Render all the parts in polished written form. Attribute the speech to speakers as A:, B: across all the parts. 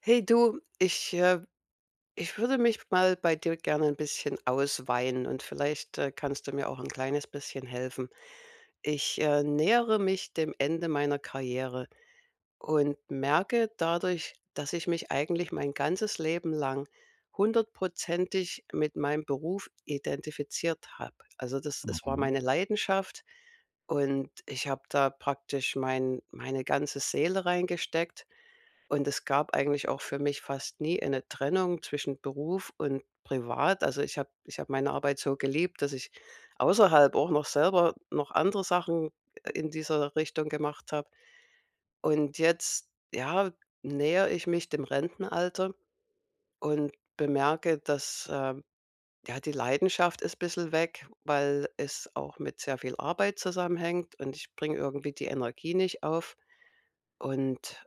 A: Hey du, ich würde mich mal bei dir gerne ein bisschen ausweinen und vielleicht kannst du mir auch ein kleines bisschen helfen. Ich nähere mich dem Ende meiner Karriere und merke dadurch, dass ich mich eigentlich mein ganzes Leben lang hundertprozentig mit meinem Beruf identifiziert habe. Also, es war
B: Mhm.
A: meine Leidenschaft, und ich habe da praktisch meine ganze Seele reingesteckt. Und es gab eigentlich auch für mich fast nie eine Trennung zwischen Beruf und Privat. Also, ich habe meine Arbeit so geliebt, dass ich außerhalb auch noch selber noch andere Sachen in dieser Richtung gemacht habe. Und jetzt, ja, nähere ich mich dem Rentenalter und bemerke, dass, ja, die Leidenschaft ist bissel weg, weil es auch mit sehr viel Arbeit zusammenhängt, und ich bringe irgendwie die Energie nicht auf. Und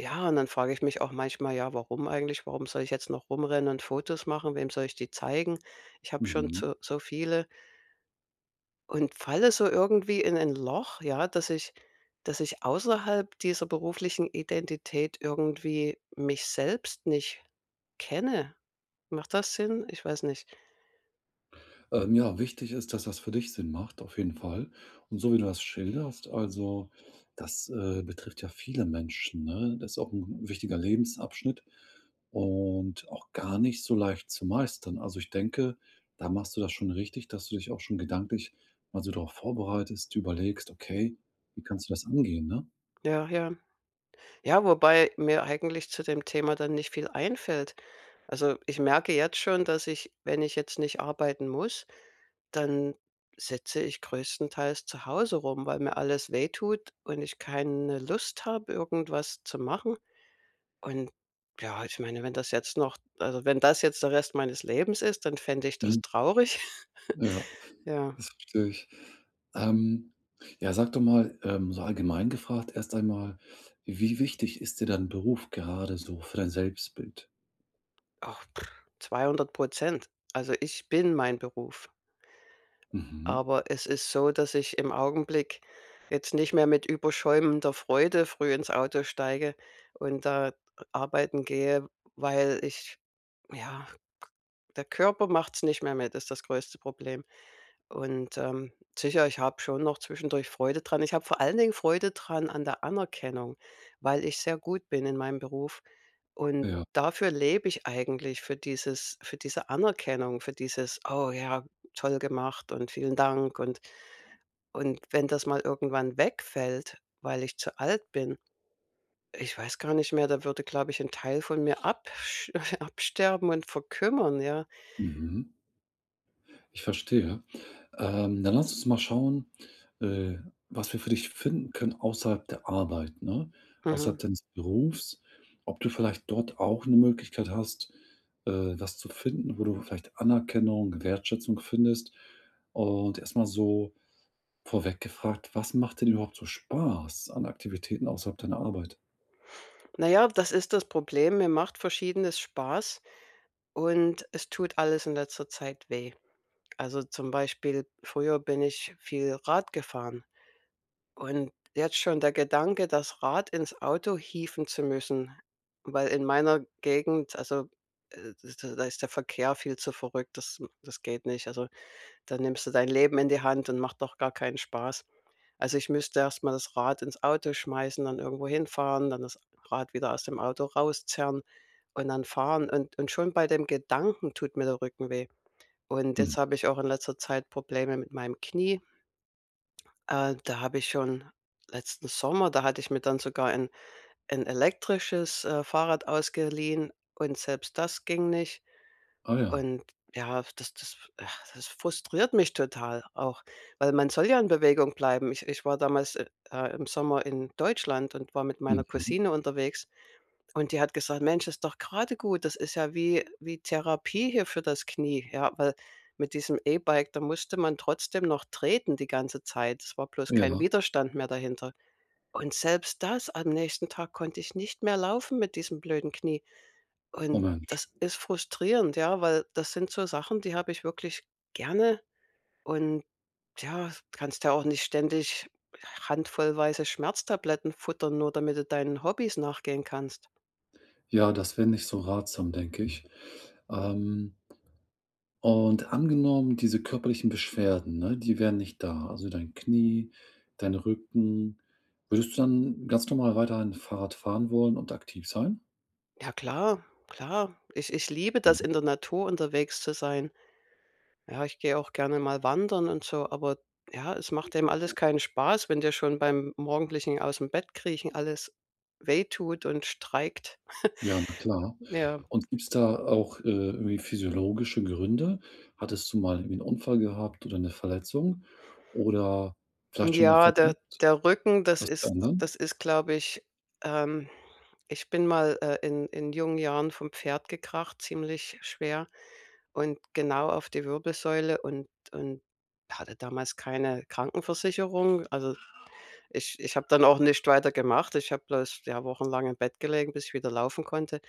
A: Ja, und dann frage ich mich auch manchmal: „Ja, warum eigentlich? Warum soll ich jetzt noch rumrennen und Fotos machen? Wem soll ich die zeigen? Ich habe schon
B: Mhm.
A: zu so viele“, und falle so irgendwie in ein Loch, ja, dass ich außerhalb dieser beruflichen Identität irgendwie mich selbst nicht kenne. Macht das Sinn? Ich weiß nicht.
B: Ja, wichtig ist, dass das für dich Sinn macht, auf jeden Fall. Und so wie du das schilderst, also das betrifft ja viele Menschen, ne? Das ist auch ein wichtiger Lebensabschnitt und auch gar nicht so leicht zu meistern. Also ich denke, da machst du das schon richtig, dass du dich auch schon gedanklich mal so darauf vorbereitest, überlegst, okay, wie kannst du das angehen, ne?
A: Ja, ja. Ja, wobei mir eigentlich zu dem Thema dann nicht viel einfällt. Also, ich merke jetzt schon, dass ich, wenn ich jetzt nicht arbeiten muss, dann sitze ich größtenteils zu Hause rum, weil mir alles wehtut und ich keine Lust habe, irgendwas zu machen. Und ja, ich meine, wenn das jetzt noch also, wenn das jetzt der Rest meines Lebens ist, dann fände ich das
B: Mhm.
A: traurig.
B: Ja.
A: Ja,
B: Das verstehe ich. Ähm, ja, sag doch mal, so allgemein gefragt erst einmal, wie wichtig ist dir dein Beruf gerade so für dein Selbstbild?
A: ach, pff, 200%. Also, ich bin mein Beruf.
B: Mhm.
A: Aber es ist so, dass ich im Augenblick jetzt nicht mehr mit überschäumender Freude früh ins Auto steige und da arbeiten gehe, weil ich ja der Körper macht's nicht mehr mit, ist das größte Problem. Und, sicher, ich habe schon noch zwischendurch Freude dran. Ich habe vor allen Dingen Freude dran an der Anerkennung, weil ich sehr gut bin in meinem Beruf. Und
B: Ja.
A: dafür lebe ich eigentlich, für diese Anerkennung, für dieses: „Oh ja, toll gemacht und vielen Dank.“ und wenn das mal irgendwann wegfällt, weil ich zu alt bin, ich weiß gar nicht mehr, da würde, glaube ich, ein Teil von mir absch absterben und verkümmern, ja.
B: Mhm. Ich verstehe. Dann lass uns mal schauen, äh, was wir für dich finden können außerhalb der Arbeit, ne?
A: Mhm.
B: Außerhalb deines Berufs, ob du vielleicht dort auch eine Möglichkeit hast, was zu finden, wo du vielleicht Anerkennung, Wertschätzung findest. Und erstmal so vorweg gefragt, was macht dir denn überhaupt so Spaß an Aktivitäten außerhalb deiner Arbeit?
A: Na ja, das ist das Problem. Mir macht Verschiedenes Spaß und es tut alles in letzter Zeit weh. Also, zum Beispiel, früher bin ich viel Rad gefahren, und jetzt schon der Gedanke, das Rad ins Auto hieven zu müssen, weil in meiner Gegend also, d da ist der Verkehr viel zu verrückt, das geht nicht. Also, dann nimmst du dein Leben in die Hand, und macht doch gar keinen Spaß. Also, ich müsste erst mal das Rad ins Auto schmeißen, dann irgendwo hinfahren, dann das Rad wieder aus dem Auto rauszerren und dann fahren. Und schon bei dem Gedanken tut mir der Rücken weh. Und
B: Hm.
A: jetzt habe ich auch in letzter Zeit Probleme mit meinem Knie. Da habe ich schon letzten Sommer, da hatte ich mir dann sogar ein 'n elektrisches, Fahrrad ausgeliehen, und selbst das ging nicht.
B: Ah ja.
A: Und ja, das frustriert mich total auch, weil man soll ja in Bewegung bleiben. Ich war damals, im Sommer in Deutschland und war mit meiner
B: Mhm.
A: Cousine unterwegs, und die hat gesagt: „Mensch, ist doch gerade gut. Das ist ja wie Therapie hier für das Knie.“ Ja, weil mit diesem E-Bike, da musste man trotzdem noch treten die ganze Zeit. Es war bloß kein
B: Ja.
A: Widerstand mehr dahinter. Und selbst das, am nächsten Tag konnte ich nicht mehr laufen mit diesem blöden Knie.
B: Oh
A: Und
B: Mensch.
A: das ist frustrierend, ja, weil das sind so Sachen, die habe ich wirklich gerne. Und ja, kannst ja auch nicht ständig handvollweise Schmerztabletten futtern, nur damit du deinen Hobbys nachgehen kannst.
B: Ja, das wäre nicht so ratsam, denke ich. Ähm, und angenommen, diese körperlichen Beschwerden, ne, die wären nicht da. Also dein Knie, dein Rücken. Würdest du dann ganz normal weiterhin Fahrrad fahren wollen und aktiv sein?
A: Ja klar, klar. Ich liebe
B: Hm.
A: das, in der Natur unterwegs zu sein. Ja, ich gehe auch gerne mal wandern und so, aber ja, es macht eben alles keinen Spaß, wenn dir schon beim morgendlichen aus dem Bett kriechen alles wehtut und streikt.
B: Ja, na klar.
A: Ja.
B: Und gibt's da auch, irgendwie physiologische Gründe? Hattest du mal irgendwie 'n Unfall gehabt oder 'ne Verletzung oder vielleicht schon mal
A: Ja, der
B: versucht,
A: der Rücken,
B: das zu ändern?
A: das ist, glaube ich, ähm, ich bin mal, in jungen Jahren vom Pferd gekracht, ziemlich schwer und genau auf die Wirbelsäule, und hatte damals keine Krankenversicherung. Also, ich habe dann auch nicht weiter gemacht. Ich habe bloß, ja, wochenlang im Bett gelegen, bis ich wieder laufen konnte.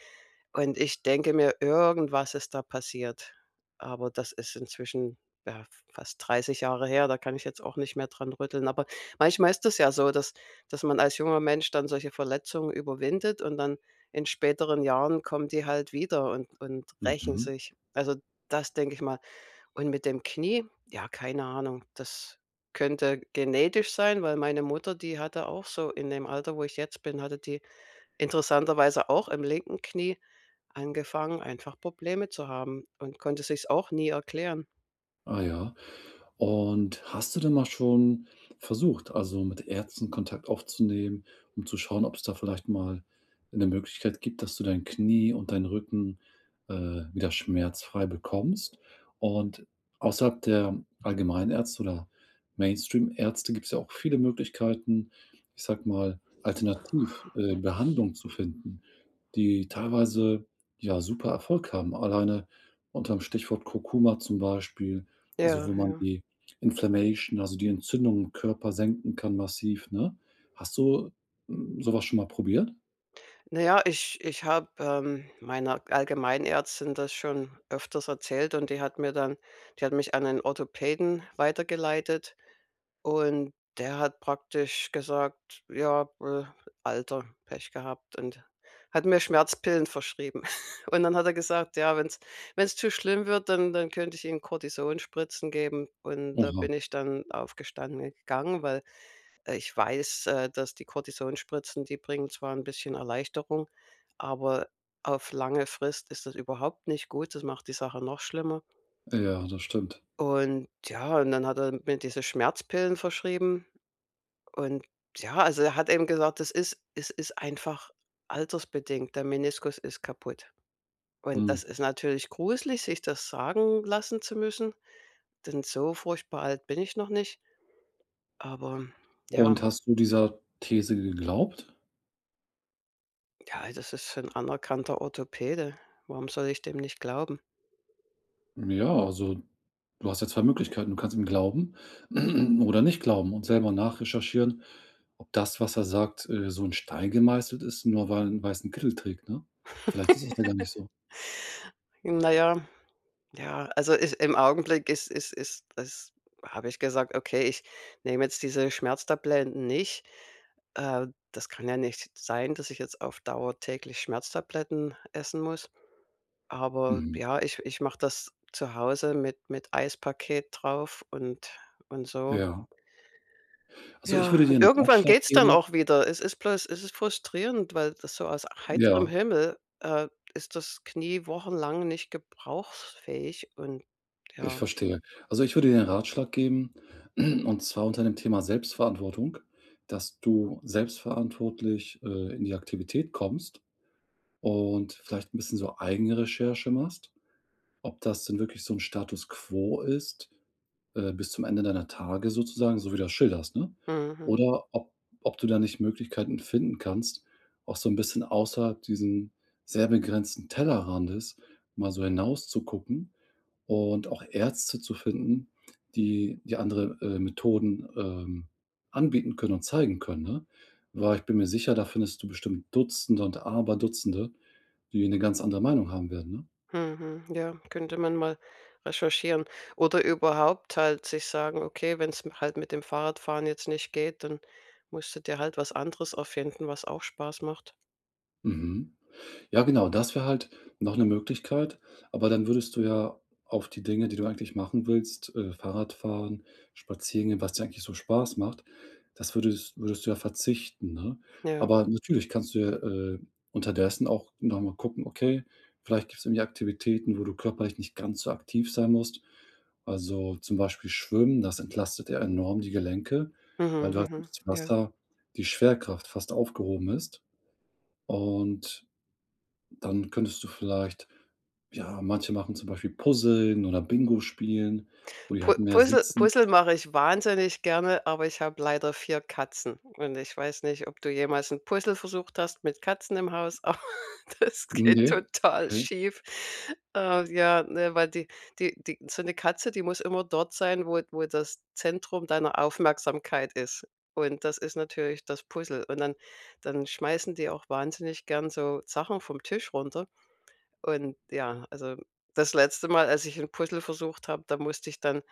A: Und ich denke mir, irgendwas ist da passiert. Aber das ist inzwischen, ja, fast 30 Jahre her, da kann ich jetzt auch nicht mehr dran rütteln. Aber manchmal ist es ja so, dass man als junger Mensch dann solche Verletzungen überwindet, und dann in späteren Jahren kommen die halt wieder und rächen
B: Mhm.
A: sich. Also, das denke ich mal. Und mit dem Knie, ja, keine Ahnung, das könnte genetisch sein, weil meine Mutter, die hatte auch so in dem Alter, wo ich jetzt bin, hatte die interessanterweise auch im linken Knie angefangen, einfach Probleme zu haben und konnte sich's auch nie erklären.
B: Ah ja. Und hast du denn mal schon versucht, also mit Ärzten Kontakt aufzunehmen, um zu schauen, ob es da vielleicht mal eine Möglichkeit gibt, dass du dein Knie und deinen Rücken, äh, wieder schmerzfrei bekommst? Und außerhalb der Allgemeinärzte oder Mainstream-Ärzte gibt es ja auch viele Möglichkeiten, ich sag mal, alternativ, Behandlung zu finden, die teilweise, ja, super Erfolg haben. Alleine unter dem Stichwort Kurkuma zum Beispiel, also
A: Ja,
B: wo man
A: ja.
B: die Inflammation, also die Entzündung im Körper senken kann massiv, ne? Hast du, hm, so schon mal probiert?
A: Na ja, ich habe, meiner Allgemeinärztin das schon öfters erzählt, und die hat mich an einen Orthopäden weitergeleitet, und der hat praktisch gesagt: „Ja, Alter, Pech gehabt“, und hat mir Schmerzpillen verschrieben. Und dann hat er gesagt: „Ja, wenn es zu schlimm wird, dann könnte ich Ihnen Kortison-Spritzen geben.“ Und da
B: Oha,
A: bin ich dann aufgestanden gegangen, weil ich weiß, dass die Kortisonspritzen, die bringen zwar ein bisschen Erleichterung, aber auf lange Frist ist das überhaupt nicht gut. Das macht die Sache noch schlimmer.
B: ja, das stimmt.
A: Und ja, und dann hat er mir diese Schmerzpillen verschrieben, und ja, also, er hat eben gesagt, das ist es ist einfach altersbedingt. Der Meniskus ist kaputt. Und das
B: Mhm.
A: ist natürlich gruselig, sich das sagen lassen zu müssen, denn so furchtbar alt bin ich noch nicht. Aber ja.
B: Und hast du dieser These geglaubt?
A: Ja, das ist ein anerkannter Orthopäde. Warum soll ich dem nicht glauben?
B: Ja, also du hast ja 2 Möglichkeiten. Du kannst ihm glauben oder nicht glauben und selber nachrecherchieren, ob das, was er sagt, so in Stein gemeißelt ist, nur weil er einen weißen Kittel trägt, ne? Vielleicht ist das ja gar nicht so.
A: Na ja, ja, also, ist im Augenblick ist ist ist ist habe ich gesagt: „Okay, ich nehme jetzt diese Schmerztabletten nicht.“ das kann ja nicht sein, dass ich jetzt auf Dauer täglich Schmerztabletten essen muss. Aber
B: Mhm,
A: ja, ich mache das zu Hause mit Eispaket drauf und so.
B: ja. Also, ich
A: Ja,
B: würde dir
A: und
B: einen
A: irgendwann
B: Ratschlag
A: geht's dann
B: geben,
A: auch wieder. Es ist bloß es ist frustrierend, weil das so aus heiterem
B: ja,
A: Himmel, ist das Knie wochenlang nicht gebrauchsfähig und
B: ich
A: ja.
B: verstehe. Also, ich würde dir einen Ratschlag geben, und zwar unter dem Thema Selbstverantwortung, dass du selbstverantwortlich, in die Aktivität kommst und vielleicht ein bisschen so eigene Recherche machst. Ob das denn wirklich so 'n Status quo ist, bis zum Ende deiner Tage sozusagen, so wie du das schilderst, ne?
A: Mhm,
B: Oder ob du da nicht Möglichkeiten finden kannst, auch so 'n bisschen außerhalb diesen sehr begrenzten Tellerrandes mal so hinauszugucken und auch Ärzte zu finden, die andere, Methoden, anbieten können und zeigen können, ne? Weil ich bin mir sicher, da findest du bestimmt Dutzende und Aberdutzende, die 'ne ganz andere Meinung haben werden, ne?
A: mhm, ja, könnte man mal recherchieren, oder überhaupt halt sich sagen: „Okay, wenn's m halt mit dem Fahrradfahren jetzt nicht geht, dann musst du dir halt was anderes erfinden, was auch Spaß macht.“
B: Mhm. Ja, genau, das wäre halt noch eine Möglichkeit, aber dann würdest du ja auf die Dinge, die du eigentlich machen willst, Fahrradfahren, spazieren gehen, was dir eigentlich so Spaß macht, das würdest du ja verzichten, ne?
A: Ja.
B: Aber natürlich kannst du ja, unterdessen auch noch mal gucken, okay, vielleicht gibt es irgendwie Aktivitäten, wo du körperlich nicht ganz so aktiv sein musst. Also, zum Beispiel Schwimmen, das entlastet ja enorm die Gelenke, weil
A: Mhm,
B: du halt
A: mhm,
B: durchs
A: ja.
B: Wasser die Schwerkraft fast aufgehoben ist und dann könntest du vielleicht ja, manche machen zum Beispiel Puzzeln oder Bingo spielen, wo die
A: Pu
B: halt mehr
A: Puzzle
B: sitzen.
A: Puzzle mache ich wahnsinnig gerne, aber ich habe leider 4 Katzen und ich weiß nicht, ob du jemals 'n Puzzle versucht hast mit Katzen im Haus, aber das geht
B: Ne,
A: total
B: ne?
A: schief. Ja, ne, weil die so 'ne Katze, die muss immer dort sein, wo das Zentrum deiner Aufmerksamkeit ist, und das ist natürlich das Puzzle, und dann schmeißen die auch wahnsinnig gern so Sachen vom Tisch runter, und ja, also, das letzte Mal, als ich 'n Puzzle versucht habe, da musste ich dann,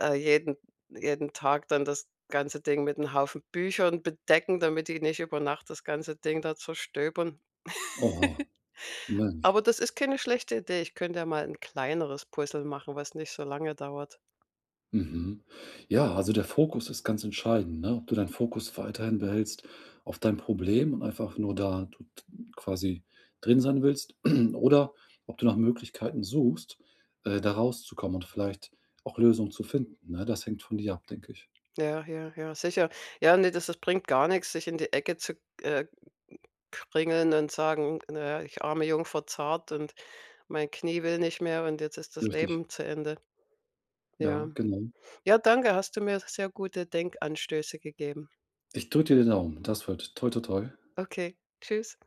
A: äh, jeden jeden Tag dann das ganze Ding mit einem Haufen Büchern bedecken, damit die nicht über Nacht das ganze Ding da zerstöbern.
B: Oha, Mensch.
A: Aber das ist keine schlechte Idee. Ich könnte ja mal ein kleineres Puzzle machen, was nicht so lange dauert.
B: Mhm. Ja, also der Fokus ist ganz entscheidend, ne? Ob du deinen Fokus weiterhin behältst auf dein Problem und einfach nur da du t quasi drin sein willst oder ob du nach Möglichkeiten suchst, da rauszukommen und vielleicht auch Lösungen zu finden, ne? Das hängt von dir ab, denke ich.
A: Ja, ja, ja, sicher. Ja, nee, das bringt gar nichts, sich in die Ecke zu, äh, kringeln und sagen: naja, ich arme Jungfer Zart und mein Knie will nicht mehr und jetzt ist das
B: Richtig.
A: Leben zu Ende.“ Ja.
B: Ja, genau.
A: Ja, danke, hast du mir sehr gute Denkanstöße gegeben.
B: Ich drücke dir die Daumen. Das wird. Toi, toi, toi.
A: Okay, tschüss.